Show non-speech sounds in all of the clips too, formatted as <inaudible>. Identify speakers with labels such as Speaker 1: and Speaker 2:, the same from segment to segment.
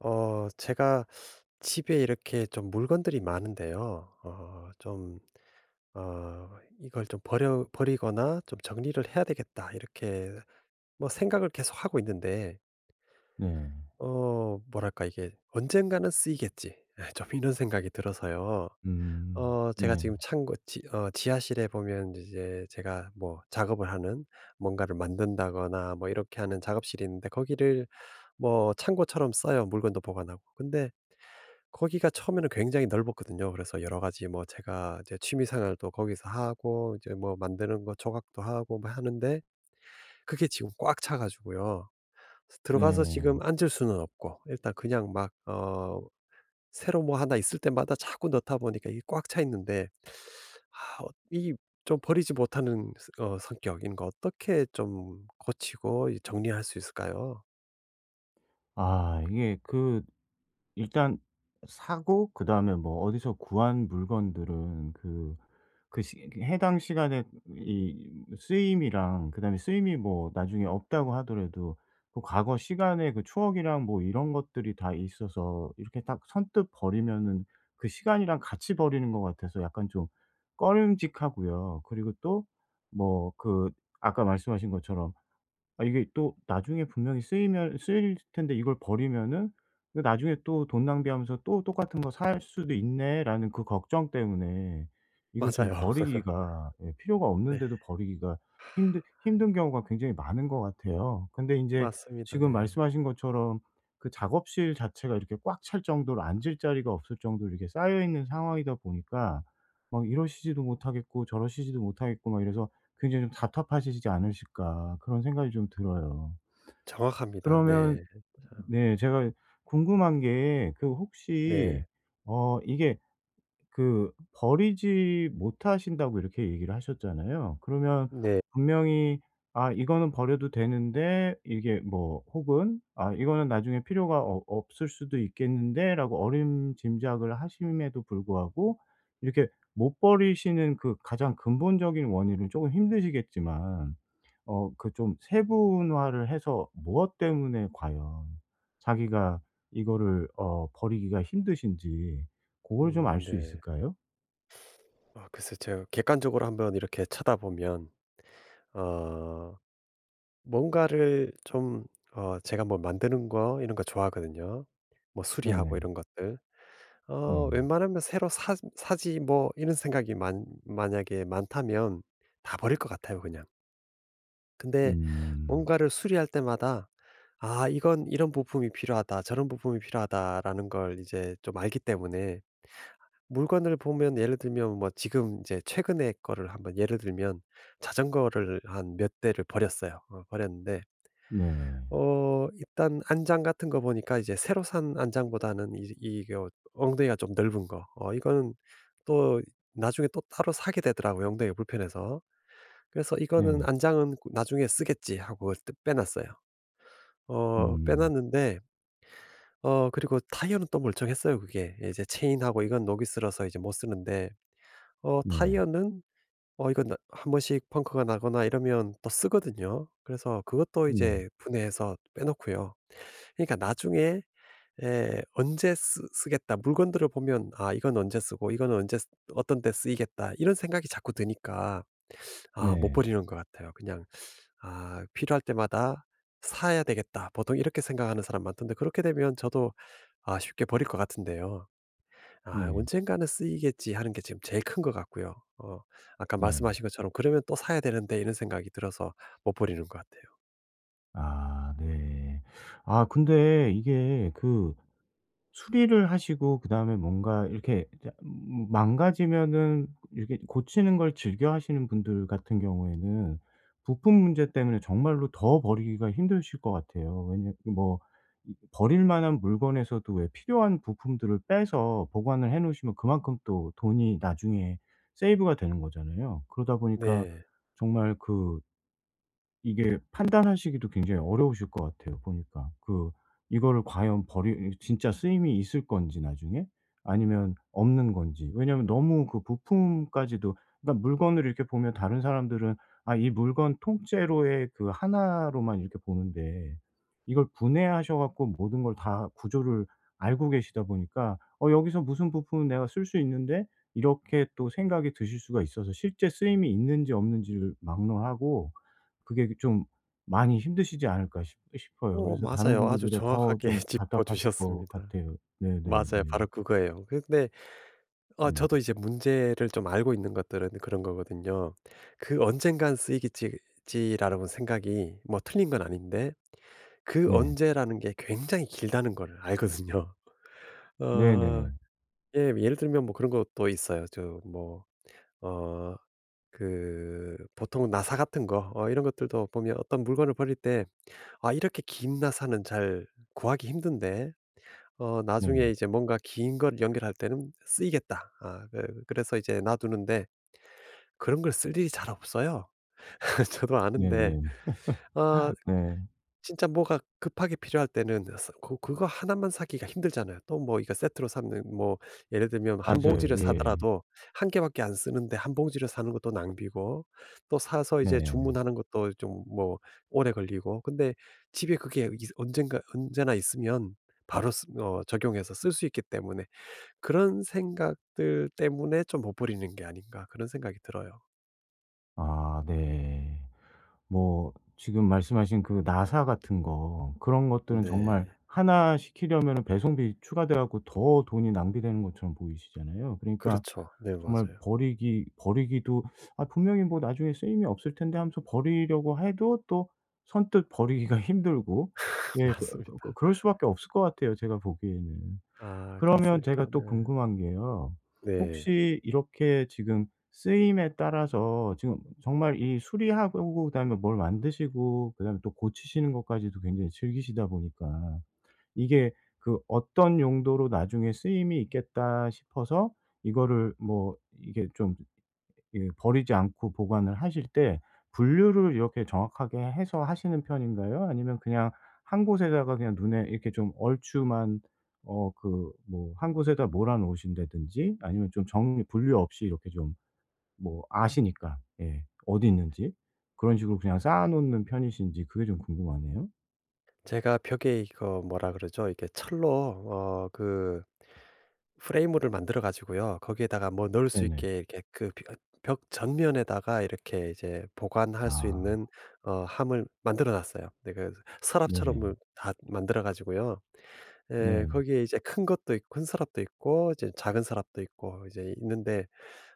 Speaker 1: 제가 집에 이렇게 좀 물건들이 많은데요. 좀 '이걸 좀 버려 버리거나 좀 정리를 해야 되겠다.' 이렇게 뭐 생각을 계속하고 있는데
Speaker 2: 네.
Speaker 1: 뭐랄까 이게 '언젠가는 쓰이겠지.' <laughs> 좀 이런 생각이 들어서요.
Speaker 2: 음.
Speaker 1: 어 제가
Speaker 2: 네.
Speaker 1: 지금 창고 지 어 지하실에 보면 이제 제가 뭐 작업을 하는 뭔가를 만든다거나 뭐 이렇게 하는 작업실이 있는데 거기를 뭐 창고처럼 써요. 물건도 보관하고. 근데 거기가 처음에는 굉장히 넓었거든요. 그래서 여러 가지 뭐 제가 이제 취미 생활도 거기서 하고 이제 뭐 만드는 거 조각도 하고 뭐 하는데 그게 지금 꽉 차 가지고요. 들어가서
Speaker 2: 네.
Speaker 1: 지금 앉을 수는 없고 일단 그냥 막 새로 뭐 하나 있을 때마다 자꾸 넣다 보니까 이게 꽉 차 있는데, 아 어 이 좀 버리지 못하는 스 어 성격인 거 어떻게 좀 고치고 이 정리할 수 있을까요?
Speaker 2: 아, 이게 그 일단 사고 그다음에 뭐 어디서 구한 물건들은 그 그 시 해당 시간에 이 쓰임이랑, 그다음에 쓰임이 뭐 나중에 없다고 하더라도 그 과거 시간의 그 추억이랑 뭐 이런 것들이 다 있어서, 이렇게 딱 선뜻 버리면은 그 시간이랑 같이 버리는 것 같아서 약간 좀 꺼림직하고요. 그리고 또 뭐 그 아까 말씀하신 것처럼, 아 이게 또 나중에 분명히 쓰이면 쓰일 텐데 이걸 버리면은 그 '나중에 또 돈 낭비하면서 또 똑같은 거 살 수도 있네.'라는 그 걱정 때문에 이걸 좀
Speaker 1: 맞아요. <laughs>
Speaker 2: 버리기가, 예, 필요가
Speaker 1: 네.
Speaker 2: 없는데도 버리기가 힘든 경우가 굉장히 많은 것 같아요. 근데 인제
Speaker 1: 맞습니다.
Speaker 2: 지금
Speaker 1: 네.
Speaker 2: 말씀하신 것처럼 그 작업실 자체가 이렇게 꽉 찰 정도로, 앉을 자리가 없을 정도로 이렇게 쌓여 있는 상황이다 보니까 막 이러시지도 못하겠고 저러시지도 못하겠고 막 이래서 굉장히 좀 답답하시지 않으실까 그런 생각이 좀 들어요.
Speaker 1: 정확합니다.
Speaker 2: 그러면
Speaker 1: 네.
Speaker 2: 네, 제가 궁금한 게 그 혹시
Speaker 1: 네.
Speaker 2: 이게 그 버리지 못하신다고 이렇게 얘기를 하셨잖아요. 그러면
Speaker 1: 네.
Speaker 2: 분명히 '아 이거는 버려도 되는데' 이게 뭐, 혹은 '아 이거는 나중에 필요가 없 없을 수도 있겠는데.'라고 어림짐작을 하심에도 불구하고 이렇게 못 버리시는 그 가장 근본적인 원인은 조금 힘드시겠지만 그 좀 세분화를 해서 무엇 때문에 과연 자기가 이거를 버리기가 힘드신지 그걸 좀 알 수
Speaker 1: 네.
Speaker 2: 있을까요?
Speaker 1: 아 글쎄, 제가 객관적으로 한번 이렇게 쳐다보면 어 뭔가를 좀, 제가 뭐 만드는 거 이런 거 좋아하거든요. 뭐 수리하고
Speaker 2: 네네.
Speaker 1: 이런 것들.
Speaker 2: 네.
Speaker 1: 웬만하면 '새로 사 사지.' 뭐 이런 생각이 만 만약에 많다면 다 버릴 것 같아요, 그냥. 근데
Speaker 2: 음.
Speaker 1: 뭔가를 수리할 때마다 '아, 이건 이런 부품이 필요하다. 저런 부품이 필요하다.'라는 걸 이제 좀 알기 때문에, 물건을 보면, 예를 들면 뭐 지금 이제 최근에 거를 한번 예를 들면, 자전거를 한 몇 대를 버렸어요. 버렸는데
Speaker 2: 네.
Speaker 1: 일단 안장 같은 거 보니까 이제 새로 산 안장보다는 이 이게 엉덩이가 좀 넓은 거, 이거는 또 나중에 또 따로 사게 되더라고요, 엉덩이가 불편해서. 그래서 '이거는
Speaker 2: 네.
Speaker 1: 안장은 나중에 쓰겠지.' 하고 빼 놨어요. 빼
Speaker 2: 음.
Speaker 1: 놨는데 그리고 타이어는 또 멀쩡했어요, 그게. 이제 체인하고 이건 녹이 슬어서 이제 못 쓰는데
Speaker 2: 네.
Speaker 1: 타이어는, 이건 나 한 번씩 펑크가 나거나 이러면 또 쓰거든요. 그래서 그것도
Speaker 2: 네.
Speaker 1: 이제 분해해서 빼놓고요. 그러니까 나중에 에, 언제 쓰 쓰겠다. 물건들을 보면 '아, 이건 언제 쓰고 이건 언제 쓰 어떤 때 쓰이겠다.' 이런 생각이 자꾸 드니까 아 못
Speaker 2: 네.
Speaker 1: 버리는 것 같아요. 그냥 '아 필요할 때마다 사야 되겠다.' 보통 이렇게 생각하는 사람 많던데, 그렇게 되면 저도 아 쉽게 버릴 것 같은데요. 아
Speaker 2: 네.
Speaker 1: '언젠가는 쓰이겠지.' 하는 게 지금 제일 큰 것 같고요. 아까
Speaker 2: 네.
Speaker 1: 말씀하신 것처럼 '그러면 또 사야 되는데.' 이런 생각이 들어서 못 버리는 것 같아요.
Speaker 2: 아 네. 아 근데 이게 그 수리를 하시고 그다음에 뭔가 이렇게 이제 망가지면은 이렇게 고치는 걸 즐겨 하시는 분들 같은 경우에는 부품 문제 때문에 정말로 더 버리기가 힘드실 것 같아요. 왜냐 뭐 이 버릴 만한 물건에서도 왜 필요한 부품들을 빼서 보관을 해 놓으시면 그만큼 또 돈이 나중에 세이브가 되는 거잖아요. 그러다 보니까
Speaker 1: 네.
Speaker 2: 정말 그 이게 판단하시기도 굉장히 어려우실 것 같아요 보니까. 그 이거를 과연 버리 진짜 쓰임이 있을 건지 나중에, 아니면 없는 건지. 왜냐면 너무 그 부품까지도, 그러니까 물건을 이렇게 보면 다른 사람들은 아 이 물건 통째로의 그 하나로만 이렇게 보는데, 이걸 분해하셔 갖고 모든 걸 다 구조를 알고 계시다 보니까 여기서 무슨 부품은 내가 쓸 수 있는데 이렇게 또 생각이 드실 수가 있어서, 실제 쓰임이 있는지 없는지를 막론하고 그게 좀 많이 힘드시지 않을까 싶 싶어요. 그래서 다른
Speaker 1: 맞아요. 아주
Speaker 2: 분들보다 더
Speaker 1: 정확하게
Speaker 2: 좀
Speaker 1: <laughs>
Speaker 2: 답답하실 것
Speaker 1: 짚어주셨습니다.
Speaker 2: 같아요. 네네네.
Speaker 1: 맞아요.
Speaker 2: 네.
Speaker 1: 바로 그거예요. 근데
Speaker 2: 네.
Speaker 1: 저도 이제 문제를 좀 알고 있는 것들은 그런 거거든요. 그 '언젠간 쓰이겠지 지.'라는 생각이 뭐 틀린 건 아닌데, 그
Speaker 2: 네.
Speaker 1: 언제라는 게 굉장히 길다는 걸 알거든요. <laughs> 어
Speaker 2: 네네.
Speaker 1: 예 예를 들면 뭐 그런 것도 있어요. 저뭐어 그 보통 나사 같은 거 이런 것들도 보면 어떤 물건을 버릴 때 '아 이렇게 긴 나사는 잘 구하기 힘든데 나중에
Speaker 2: 네.
Speaker 1: 이제 뭔가 긴 걸 연결할 때는 쓰이겠다.' 아 그래서 이제 놔두는데 그런 걸 쓸 일이 잘 없어요. <laughs> 저도 아는데
Speaker 2: 네네.
Speaker 1: 아
Speaker 2: 네.
Speaker 1: 진짜 뭐가 급하게 필요할 때는 서 그거 하나만 사기가 힘들잖아요. 또 뭐 이거 세트로 사면 뭐, 예를 들면 한
Speaker 2: 맞아요.
Speaker 1: 봉지를
Speaker 2: 예.
Speaker 1: 사더라도 한 개밖에 안 쓰는데 한 봉지를 사는 것도 낭비고, 또 사서 이제
Speaker 2: 네.
Speaker 1: 주문하는 것도 좀 뭐 오래 걸리고. 근데 집에 그게 이 언젠가 언제나 있으면 바로 쓰 어 적용해서 쓸 수 있기 때문에, 그런 생각들 때문에 좀 못 버리는 게 아닌가 그런 생각이 들어요.
Speaker 2: 아 네. 뭐 지금 말씀하신 그 나사 같은 거 그런 것들은 정말
Speaker 1: 네.
Speaker 2: 하나 시키려면 배송비 추가돼 갖고 더 돈이 낭비되는 것처럼 보이시잖아요. 그러니까
Speaker 1: 그렇죠. 네,
Speaker 2: 정말
Speaker 1: 맞아요.
Speaker 2: 버리기도 '아 분명히 뭐 나중에 쓰임이 없을 텐데.' 하면서 버리려고 해도 또 선뜻 버리기가 <laughs> 힘들고.
Speaker 1: <laughs>
Speaker 2: 예 그 그 그
Speaker 1: 맞습니다.
Speaker 2: 그럴 수밖에 없을 것 같아요, 제가 보기에는.
Speaker 1: 아
Speaker 2: 그러면
Speaker 1: 그렇습니까?
Speaker 2: 제가 또
Speaker 1: 네.
Speaker 2: 궁금한 게요.
Speaker 1: 네.
Speaker 2: 혹시 이렇게 지금 쓰임에 따라서 지금 정말 이 수리하고 그다음에 뭘 만드시고 그다음에 또 고치시는 것까지도 굉장히 즐기시다 보니까 이게 그 어떤 용도로 나중에 쓰임이 있겠다 싶어서 이거를 뭐 이게 좀, 예, 버리지 않고 보관을 하실 때 분류를 이렇게 정확하게 해서 하시는 편인가요? 아니면 그냥 한 곳에다가 그냥 눈에 이렇게 좀 얼추만 그 뭐 한 곳에다 몰아 놓으신다든지, 아니면 좀 정리 분류 없이 이렇게 좀 뭐 아시니까, 예, 어디 있는지 그런 식으로 그냥 쌓아 놓는 편이신지 그게 좀 궁금하네요.
Speaker 1: 제가 벽에 이거 뭐라 그러죠? 이게 철로 그 프레임을 만들어 가지고요, 거기에다가 뭐 넣을 수
Speaker 2: 네네.
Speaker 1: 있게 이렇게, 그 벽 전면에다가 이렇게 이제 보관할 수
Speaker 2: 아.
Speaker 1: 있는 함을 만들어 놨어요. 네, 그 서랍처럼
Speaker 2: 네.
Speaker 1: 을 다 만들어 가지고요. 예,
Speaker 2: 네.
Speaker 1: 거기에 이제 큰 것도 있고 큰 서랍도 있고 이제 작은 서랍도 있고 이제 있는데,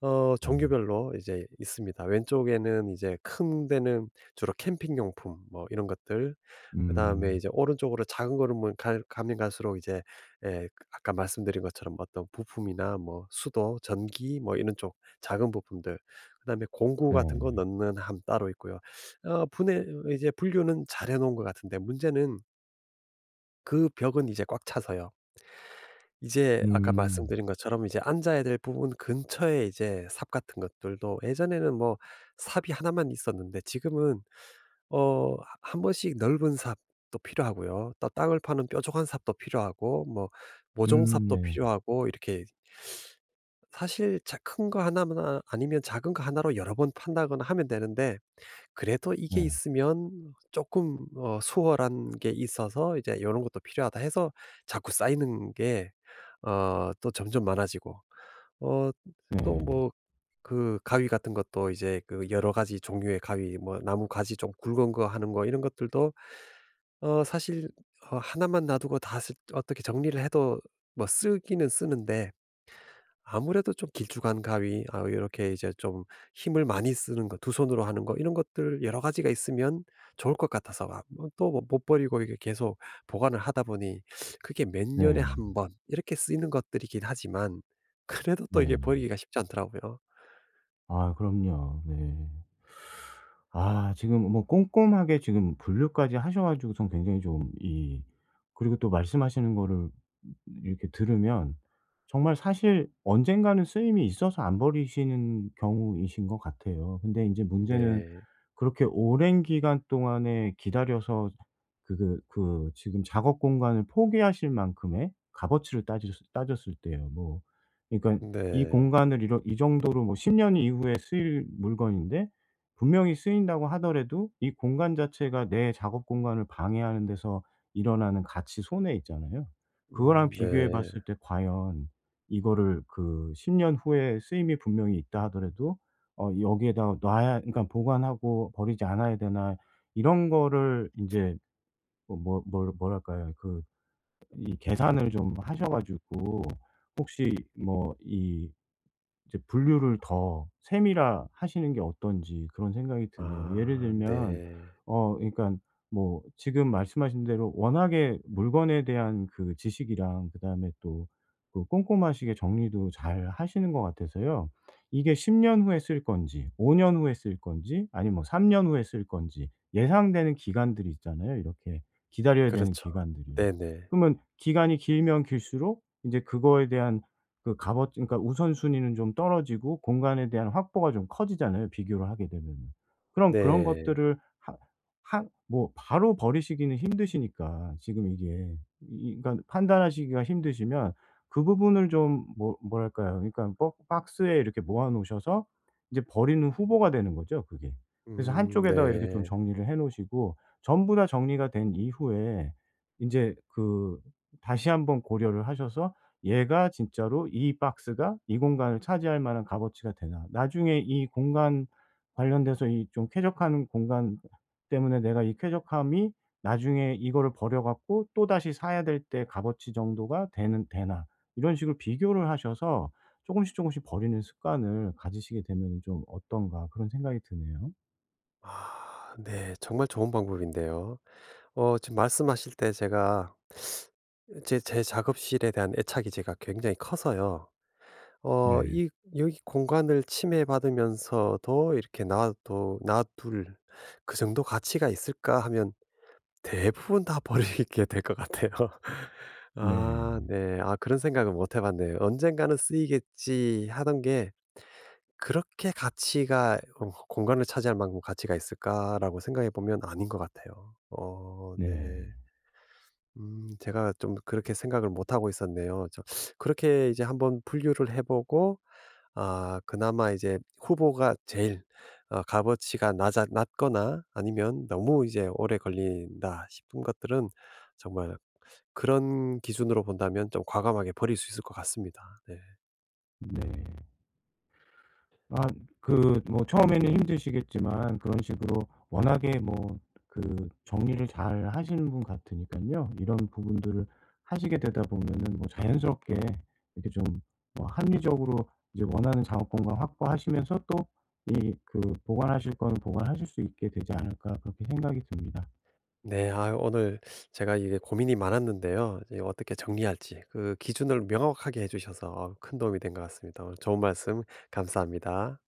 Speaker 2: 네.
Speaker 1: 종류별로 이제 있습니다. 왼쪽에는 이제 큰 데는 주로 캠핑 용품 뭐 이런 것들, 그다음에
Speaker 2: 음.
Speaker 1: 이제 오른쪽으로 작은 걸음을 갈 가면 갈수록 이제, 예, 그 아까 말씀드린 것처럼 어떤 부품이나 뭐 수도, 전기 뭐 이런 쪽 작은 부품들, 그다음에 공구 같은
Speaker 2: 네.
Speaker 1: 거 넣는 함 따로 있고요. 어 분해 이제 분류는 잘해 놓은 것 같은데, 문제는 그 벽은 이제 꽉 차서요. 이제 아까
Speaker 2: 음.
Speaker 1: 말씀드린 것처럼 이제 앉아야 될 부분 근처에 이제 삽 같은 것들도, 예전에는 뭐 삽이 하나만 있었는데 지금은 한 번씩 넓은 삽도 필요하고요. 또 땅을 파는 뾰족한 삽도 필요하고, 뭐 모종삽도
Speaker 2: 네.
Speaker 1: 필요하고 이렇게, 사실 큰 거 하나만 아니면 작은 거 하나로 여러 번 판다거나 하면 되는데, 그래도
Speaker 2: 네.
Speaker 1: 이게 있으면 조금 수월한 게 있어서 이제 이런 것도 필요하다 해서 자꾸 쌓이는 게 또 점점 많아지고 어 또
Speaker 2: 네.
Speaker 1: 뭐 그 가위 같은 것도 이제 그 여러 가지 종류의 가위 뭐 나무 가지 좀 굵은 거 하는 거 이런 것들도 사실 하나만 놔두고 다 쓸 어떻게 정리를 해도 뭐 쓰기는 쓰는데, 아무래도 좀 길쭉한 가위 아 이렇게 이제 좀 힘을 많이 쓰는 거 두 손으로 하는 거 이런 것들 여러 가지가 있으면 좋을 것 같아서, 아 뭐 또 뭐 못 버리고 이게 계속 보관을 하다 보니 그게 몇 년에
Speaker 2: 네.
Speaker 1: 한번 이렇게 쓰이는 것들이긴 하지만 그래도 또 이게
Speaker 2: 네.
Speaker 1: 버리기가 쉽지 않더라고요.
Speaker 2: 아 그럼요. 네. 아 지금 뭐 꼼꼼하게 지금 분류까지 하셔 가지고선 굉장히 좀 이, 그리고 또 말씀하시는 거를 이렇게 들으면 정말 사실 언젠가는 쓰임이 있어서 안 버리시는 경우이신 것 같아요. 근데 인제 문제는
Speaker 1: 네.
Speaker 2: 그렇게 오랜 기간 동안에 기다려서 그 지금 작업 공간을 포기하실 만큼의 값어치를 따 따졌을 때요. 뭐 그러니까 이
Speaker 1: 네.
Speaker 2: 공간을 이이 정도로 뭐 10년 이후에 쓰일 물건인데, 분명히 쓰인다고 하더라도 이 공간 자체가 내 작업 공간을 방해하는 데서 일어나는 가치 손해 있잖아요. 그거랑 비교해
Speaker 1: 네.
Speaker 2: 봤을 때 과연 이거를 그 10년 후에 쓰임이 분명히 있다 하더라도 여기에다가 놔야, 그러니까 보관하고 버리지 않아야 되나, 이런 거를 인제 뭐 뭐 뭘 뭐랄까요? 그 이 계산을 좀 하셔 가지고 혹시 뭐이 이제 분류를 더 세밀화하시는 게 어떤지 그런 생각이 드네요. 예를
Speaker 1: 아
Speaker 2: 들면
Speaker 1: 네.
Speaker 2: 그러니까 뭐 지금 말씀하신 대로 워낙에 물건에 대한 그 지식이랑 그다음에 또 그 꼼꼼하시게 정리도 잘 하시는 것 같아서요. 이게 10년 후에 쓸 건지, 5년 후에 쓸 건지, 아니면 뭐 3 년 후에 쓸 건지 예상되는 기간들이 있잖아요, 이렇게 기다려야 되는
Speaker 1: 그렇죠.
Speaker 2: 기간들이요.
Speaker 1: 네네.
Speaker 2: 그러면 기간이 길면 길수록 이제 그거에 대한 그 값어 그러니까 우선순위는 좀 떨어지고 공간에 대한 확보가 좀 커지잖아요, 비교를 하게 되면은. 그럼 그런
Speaker 1: 네.
Speaker 2: 것들을 하 하 뭐 바로 버리시기는 힘드시니까 지금 이게 이, 그러니까 판단하시기가 힘드시면 그 부분을 좀 뭐 뭐랄까요? 그러니까 버 박스에 이렇게 모아 놓으셔서 이제 버리는 후보가 되는 거죠, 그게. 그래서 한쪽에다가 이렇게 좀
Speaker 1: 네.
Speaker 2: 정리를 해 놓으시고 전부 다 정리가 된 이후에 인제 그 다시 한번 고려를 하셔서 얘가 진짜로, 이 박스가 이 공간을 차지할 만한 값어치가 되나. 나중에 이 공간 관련돼서 이 좀 쾌적한 공간 때문에 내가, 이 쾌적함이 나중에 이거를 버려 갖고 또다시 사야 될 때 값어치 정도가 되는 되나. 이런 식으로 비교를 하셔서 조금씩 조금씩 버리는 습관을 가지시게 되면은 좀 어떤가 그런 생각이 드네요.
Speaker 1: 아 네, 정말 좋은 방법인데요. 지금 말씀하실 때 제가 제 작업실에 대한 애착이 제가 굉장히 커서요. 어
Speaker 2: 네.
Speaker 1: 이 여기 공간을 침해받으면서도 이렇게 놔도 '놔둘 그 정도 가치가 있을까?' 하면 대부분 다 <laughs> 버리게 될 것 같아요. <laughs> 아
Speaker 2: 네.
Speaker 1: 네. 아 그런 생각을 못해 봤네요. '언젠가는 쓰이겠지.' 하던 게 '그렇게 가치가 공간을 차지할 만큼 가치가 있을까?'라고 생각해 보면 아닌 것 같아요. 네.
Speaker 2: 네.
Speaker 1: 제가 좀 그렇게 생각을 못 하고 있었네요. 그렇게 이제 한번 분류를 해 보고 아 그나마 이제 후보가 제일 값어치가 낮아 낮거나 아니면 너무 이제 오래 걸린다 싶은 것들은 정말 그런 기준으로 본다면 좀 과감하게 버릴 수 있을 것 같습니다. 네.
Speaker 2: 네. 아 그 뭐 처음에는 힘드시겠지만 그런 식으로 워낙에 뭐 그 정리를 잘 하시는 분 같으니깐요. 이런 부분들을 하시게 되다 보면은 뭐 자연스럽게 이렇게 좀 뭐 합리적으로 이제 원하는 작업공간 확보하시면서, 또 이 그 보관하실 거는 보관하실 수 있게 되지 않을까 그렇게 생각이 듭니다.
Speaker 1: 네. 아 오늘 제가 이게 고민이 많았는데요. 이제 어떻게 정리할지 그 기준을 명확하게 해 주셔서 큰 도움이 된 것 같습니다. 오늘 좋은 말씀 감사합니다.